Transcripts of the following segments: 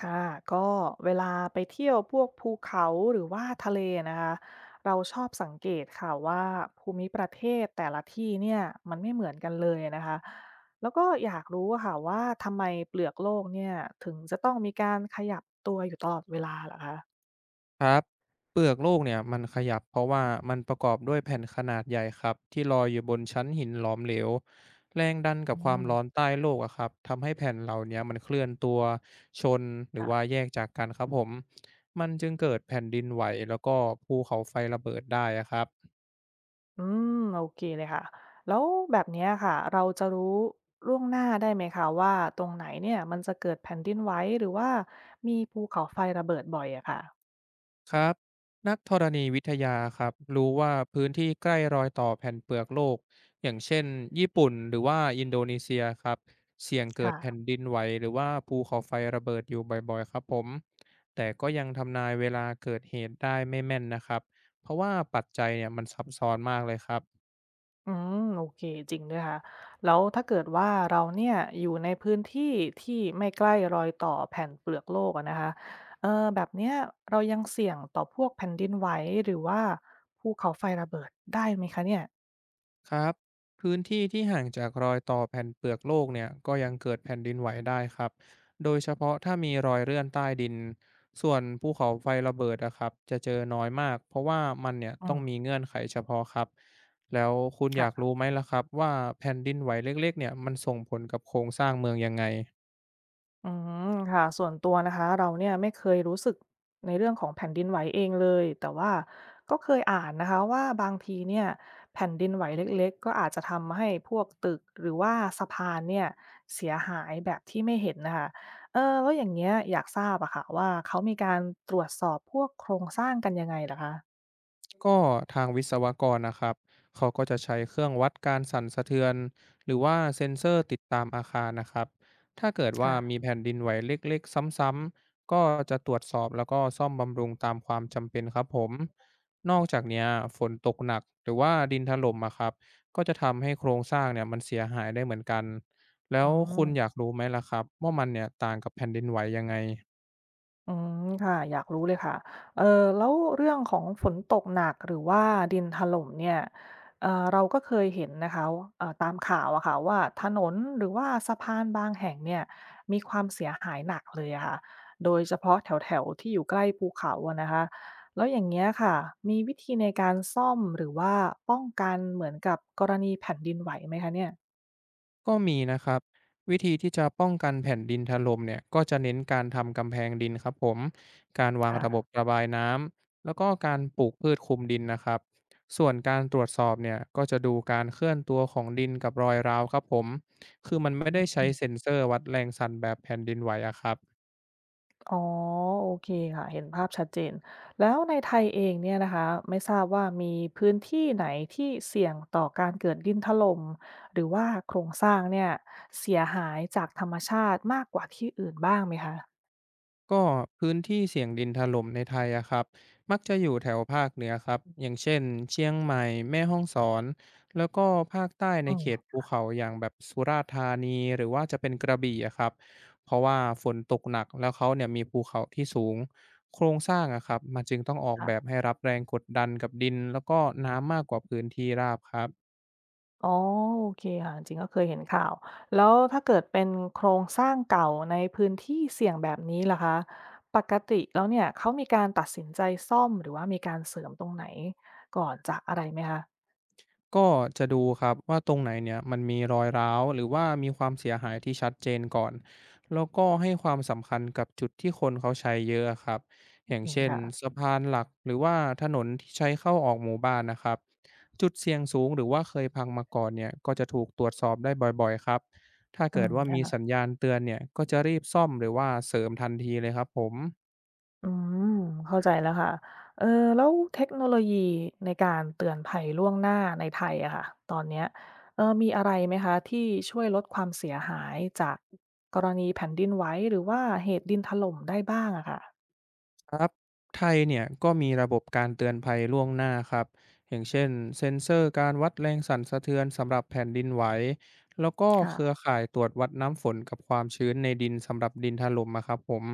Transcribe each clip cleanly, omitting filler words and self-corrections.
ค่ะก็เวลาไปเที่ยวพวกภูเขาหรือว่าทะเลนะคะเราชอบสังเกตค่ะว่าภูมิประเทศแต่ละที่เนี่ยมันไม่เหมือนกันเลยนะคะแล้วก็อยากรู้ค่ะว่าทำไมเปลือกโลกเนี่ยถึงจะต้องมีการขยับตัวอยู่ตลอดเวลาเหรอคะครับเปลือกโลกเนี่ยมันขยับเพราะว่ามันประกอบด้วยแผ่นขนาดใหญ่ครับที่ลอยอยู่บนชั้นหินหลอมเหลวแรงดันกัอืบความมร้อนใต้โลกอะครับทำให้แผ่นเหล่าเนี้ยมันเคลื่อนตัวชนหรือว่าค่ะแยกจากกันครับผมมันจึงเกิดแผ่นดินไหวแล้วก็ภูเขาไฟระเบิดได้อะครับ อืมโอเคเลยค่ะแล้วแบบเนี้ยค่ะเราจะรู้ล่วงหน้าได้ไหมคะว่าตรงไหนเนี่ยมันจะเกิดแผ่นดินไหวหรือว่ามีภูเขาไฟระเบิดบ่อยอะค่ะครับนักธรณีวิทยาครับรู้ว่าพื้นที่ใกล้รอยต่อแผ่นเปลือกโลกอย่างเช่นญี่ปุ่นหรือว่าอินโดนีเซียครับเสี่ยงเกิดค่ะ แผ่นดินไหวหรือว่าภูเขาไฟระเบิดอยู่บ่อยๆครับผมแต่ก็ยังทำนายเวลาเกิดเหตุได้ไม่แม่นนะครับเพราะว่าปัจจัยเนี่ยมันซับซ้อนมากเลยครับ อืมโอเคจริงด้วยค่ะแล้วถ้าเกิดว่าเราเนี่ยอยู่ในพื้นที่ที่ไม่ใกล้รอยต่อแผ่นเปลือกโลกอะนะคะเออแบบเนี้ยเรายังเสี่ยงต่อพวกแผ่นดินไหวหรือว่าภูเขาไฟระเบิดได้ไหมคะเนี่ยครับพื้นที่ที่ห่างจากรอยต่อแผ่นเปลือกโลกเนี่ยก็ยังเกิดแผ่นดินไหวได้ครับโดยเฉพาะถ้ามีรอยเลื่อนใต้ดินส่วนภูเขาไฟระเบิดอะครับจะเจอน้อยมากเพราะว่ามันเนี่ยอืต้องมีมเงื่อนไขเฉพาะครับแล้วคุณอยากค่ะ รู้ไหมล่ะครับว่าแผ่นดินไหวเล็กๆเนี่ยมันส่งผลกับโครงสร้างเมืองยังไง อืมค่ะส่วนตัวนะคะเราเนี่ยไม่เคยรู้สึกในเรื่องของแผ่นดินไหวเองเลยแต่ว่าก็เคยอ่านนะคะว่าบางทีเนี่ยแผ่นดินไหวเล็กๆก็อาจจะทำให้พวกตึกหรือว่าสะพานเนี่ยเสียหายแบบที่ไม่เห็นนะคะเออแล้วอย่างเงี้ยอยากทราบอะค่ะว่าเขามีการตรวจสอบพวกโครงสร้างกันยังไงล่ะคะก็ทางวิศวกรนะครับเขาก็จะใช้เครื่องวัดการสั่นสะเทือนหรือว่าเซ็นเซอร์ติดตามอาคารนะครับถ้าเกิดว่าค่ะมีแผ่นดินไหวเล็กๆซ้ำๆก็จะตรวจสอบแล้วก็ซ่อมบำรุงตามความจำเป็นครับผมนอกจากเนี้ยฝนตกหนักหรือว่าดินถล่มอะครับก็จะทำให้โครงสร้างเนี่ยมันเสียหายได้เหมือนกันแล้อืวคุณอยากม รู้ไหมล่ะครับว่ามันเนี่ยต่างกับแผ่นดินไหวยังไง อืมค่ะอยากรู้เลยค่ะเออแล้วเรื่องของฝนตกหนักหรือว่าดินถล่มเนี่ยเออเราก็เคยเห็นนะคะตามข่าวอะค่ะว่าถนนหรือว่าสะพานบางแห่งเนี่ยมีความเสียหายหนักเลยอะค่ะโดยเฉพาะแถวแถวที่อยู่ใกล้ภูเขาอะนะคะแล้วอย่างเงี้ยค่ะมีวิธีในการซ่อมหรือว่าป้องกันเหมือนกับกรณีแผ่นดินไหวไหมคะเนี่ยก็มีนะครับวิธีที่จะป้องกันแผ่นดินถล่มเนี่ยก็จะเน้นการทำกำแพงดินครับผมการวางค่ะ ระบบระบายน้ำแล้วก็การปลูกพืชคลุมดินนะครับส่วนการตรวจสอบเนี่ยก็จะดูการเคลื่อนตัวของดินกับรอยร้าวครับผมคือมันไม่ได้ใช้เซ็นเซอร์วัดแรงสั่นแบบแผ่นดินไหวอะครับ อ๋อโอเคค่ะเห็นภาพชัดเจนแล้วในไทยเองเนี่ยนะคะไม่ทราบว่ามีพื้นที่ไหนที่เสี่ยงต่อการเกิดดินถล่มหรือว่าโครงสร้างเนี่ยเสียหายจากธรรมชาติมากกว่าที่อื่นบ้างไหมคะก็พื้นที่เสี่ยงดินถล่มในไทยอะครับมักจะอยู่แถวภาคเหนือครับอย่างเช่นเชียงใหม่แม่ฮ่องสอนแล้วก็ภาคใต้ในอืเขตมภูเขาอย่างแบบสุราษฎร์ธานีหรือว่าจะเป็นกระบี่อะครับเพราะว่าฝนตกหนักแล้วเขาเนี่ยมีภูเขาที่สูงโครงสร้างอะครับมันจึงต้องออกแบบค่ะให้รับแรงกดดันกับดินแล้วก็น้ำมากกว่าพื้นที่ราบครับ อ๋อโอเคค่ะจริงๆก็เคยเห็นข่าวแล้วถ้าเกิดเป็นโครงสร้างเก่าในพื้นที่เสี่ยงแบบนี้ล่ะคะปกติแล้วเนี่ยเขามีการตัดสินใจซ่อมหรือว่ามีการเสริมตรงไหนก่อนจากอะไรไหมคะก็จะดูครับว่าตรงไหนเนี่ยมันมีรอยร้าวหรือว่ามีความเสียหายที่ชัดเจนก่อนแล้วก็ให้ความสำคัญกับจุดที่คนเขาใช้เยอะครับอย่างอืมเช่นค่ะสะพานหลักหรือว่าถนนที่ใช้เข้าออกหมู่บ้านนะครับจุดเสี่ยงสูงหรือว่าเคยพังมาก่อนเนี่ยก็จะถูกตรวจสอบได้บ่อยๆครับถ้าอืเกิดมว่ามีค่ะ สัญญาณเตือนเนี่ยก็จะรีบซ่อมหรือว่าเสริมทันทีเลยครับผม อืมเข้าใจแล้วค่ะเออแล้วเทคโนโลยีในการเตือนภัยล่วงหน้าในไทยอะค่ะตอนเนี้ยเออมีอะไรไหมคะที่ช่วยลดความเสียหายจากกรณีแผ่นดินไหวหรือว่าเหตุดินถล่มได้บ้างอะค่ะครับไทยเนี่ยก็มีระบบการเตือนภัยล่วงหน้าครับอย่างเช่นเซ็นเซอร์การวัดแรงสั่นสะเทือนสำหรับแผ่นดินไหวแล้วก็เครือค่ะข่ายตรวจวัดน้ำฝนกับความชื้นในดินสำหรับดินถล่มอะครับผม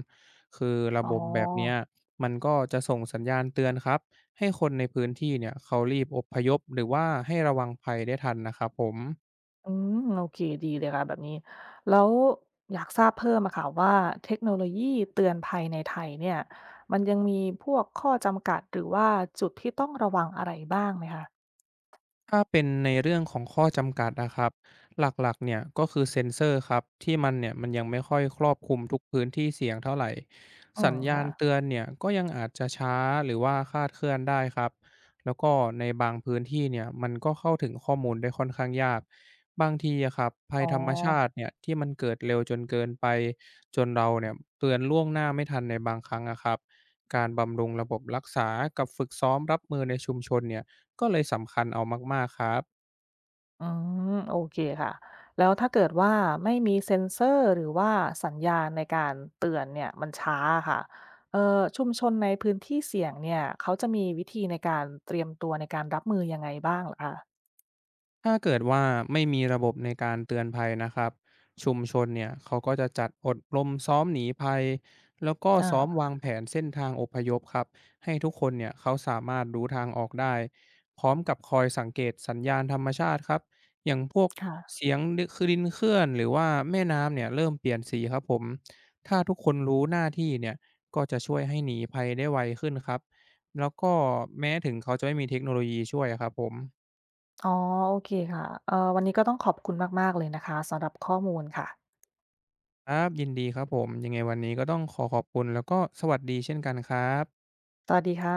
คือระอ๋บบแบบเนี้ยอมันก็จะส่งสัญญาณเตือนครับให้คนในพื้นที่เนี่ยเขารีบอพยพหรือว่าให้ระวังภัยได้ทันนะครับผม อืมโอเคดีเลยค่ะแบบนี้แล้วอยากทราบเพิ่มอะค่ะว่าเทคโนโลยีเตือนภัยในไทยเนี่ยมันยังมีพวกข้อจำกัดหรือว่าจุดที่ต้องระวังอะไรบ้างไหมคะถ้าเป็นในเรื่องของข้อจำกัดนะครับหลักๆเนี่ยก็คือเซ็นเซอร์ครับที่มันเนี่ยมันยังไม่ค่อยครอบคลุมทุกพื้นที่เสียงเท่าไหร่อืสัมญญาณค่ะเตือนเนี่ยก็ยังอาจจะช้าหรือว่าคลาดเคลื่อนได้ครับแล้วก็ในบางพื้นที่เนี่ยมันก็เข้าถึงข้อมูลได้ค่อนข้างยากบางทีอะครับภัอ๋ยอ ธรรมชาติเนี่ยที่มันเกิดเร็วจนเกินไปจนเราเนี่ยเตือนล่วงหน้าไม่ทันในบางครั้งอะครับการบำรุงระบบรักษากับฝึกซ้อมรับมือในชุมชนเนี่ย ก็เลยสำคัญเอามากๆครับ อืมโอเคค่ะแล้วถ้าเกิดว่าไม่มีเซ็นเซอร์หรือว่าสัญญาณในการเตือนเนี่ยมันช้าค่ะชุมชนในพื้นที่เสี่ยงเนี่ยเขาจะมีวิธีในการเตรียมตัวในการรับมือยังไงบ้างเหรอคะถ้าเกิดว่าไม่มีระบบในการเตือนภัยนะครับชุมชนเนี่ยเขาก็จะจัดอบรมซ้อมหนีภัยแล้วก็อาซ้อมวางแผนเส้นทางอพยพครับให้ทุกคนเนี่ยเขาสามารถรู้ทางออกได้พร้อมกับคอยสังเกตสัญญาณธรรมชาติครับอย่างพวกค่ะเสียงคือดินเคลื่อนหรือว่าแม่น้ำเนี่ยเริ่มเปลี่ยนสีครับผมถ้าทุกคนรู้หน้าที่เนี่ยก็จะช่วยให้หนีภัยได้ไวขึ้นครับแล้วก็แม้ถึงเขาจะไม่มีเทคโนโลยีช่วยครับผม อ๋อโอเคค่ะวันนี้ก็ต้องขอบคุณมากๆเลยนะคะสำหรับข้อมูลค่ะครับยินดีครับผมยังไงวันนี้ก็ต้องขอขอบคุณแล้วก็สวัสดีเช่นกันครับสวัสดีค่ะ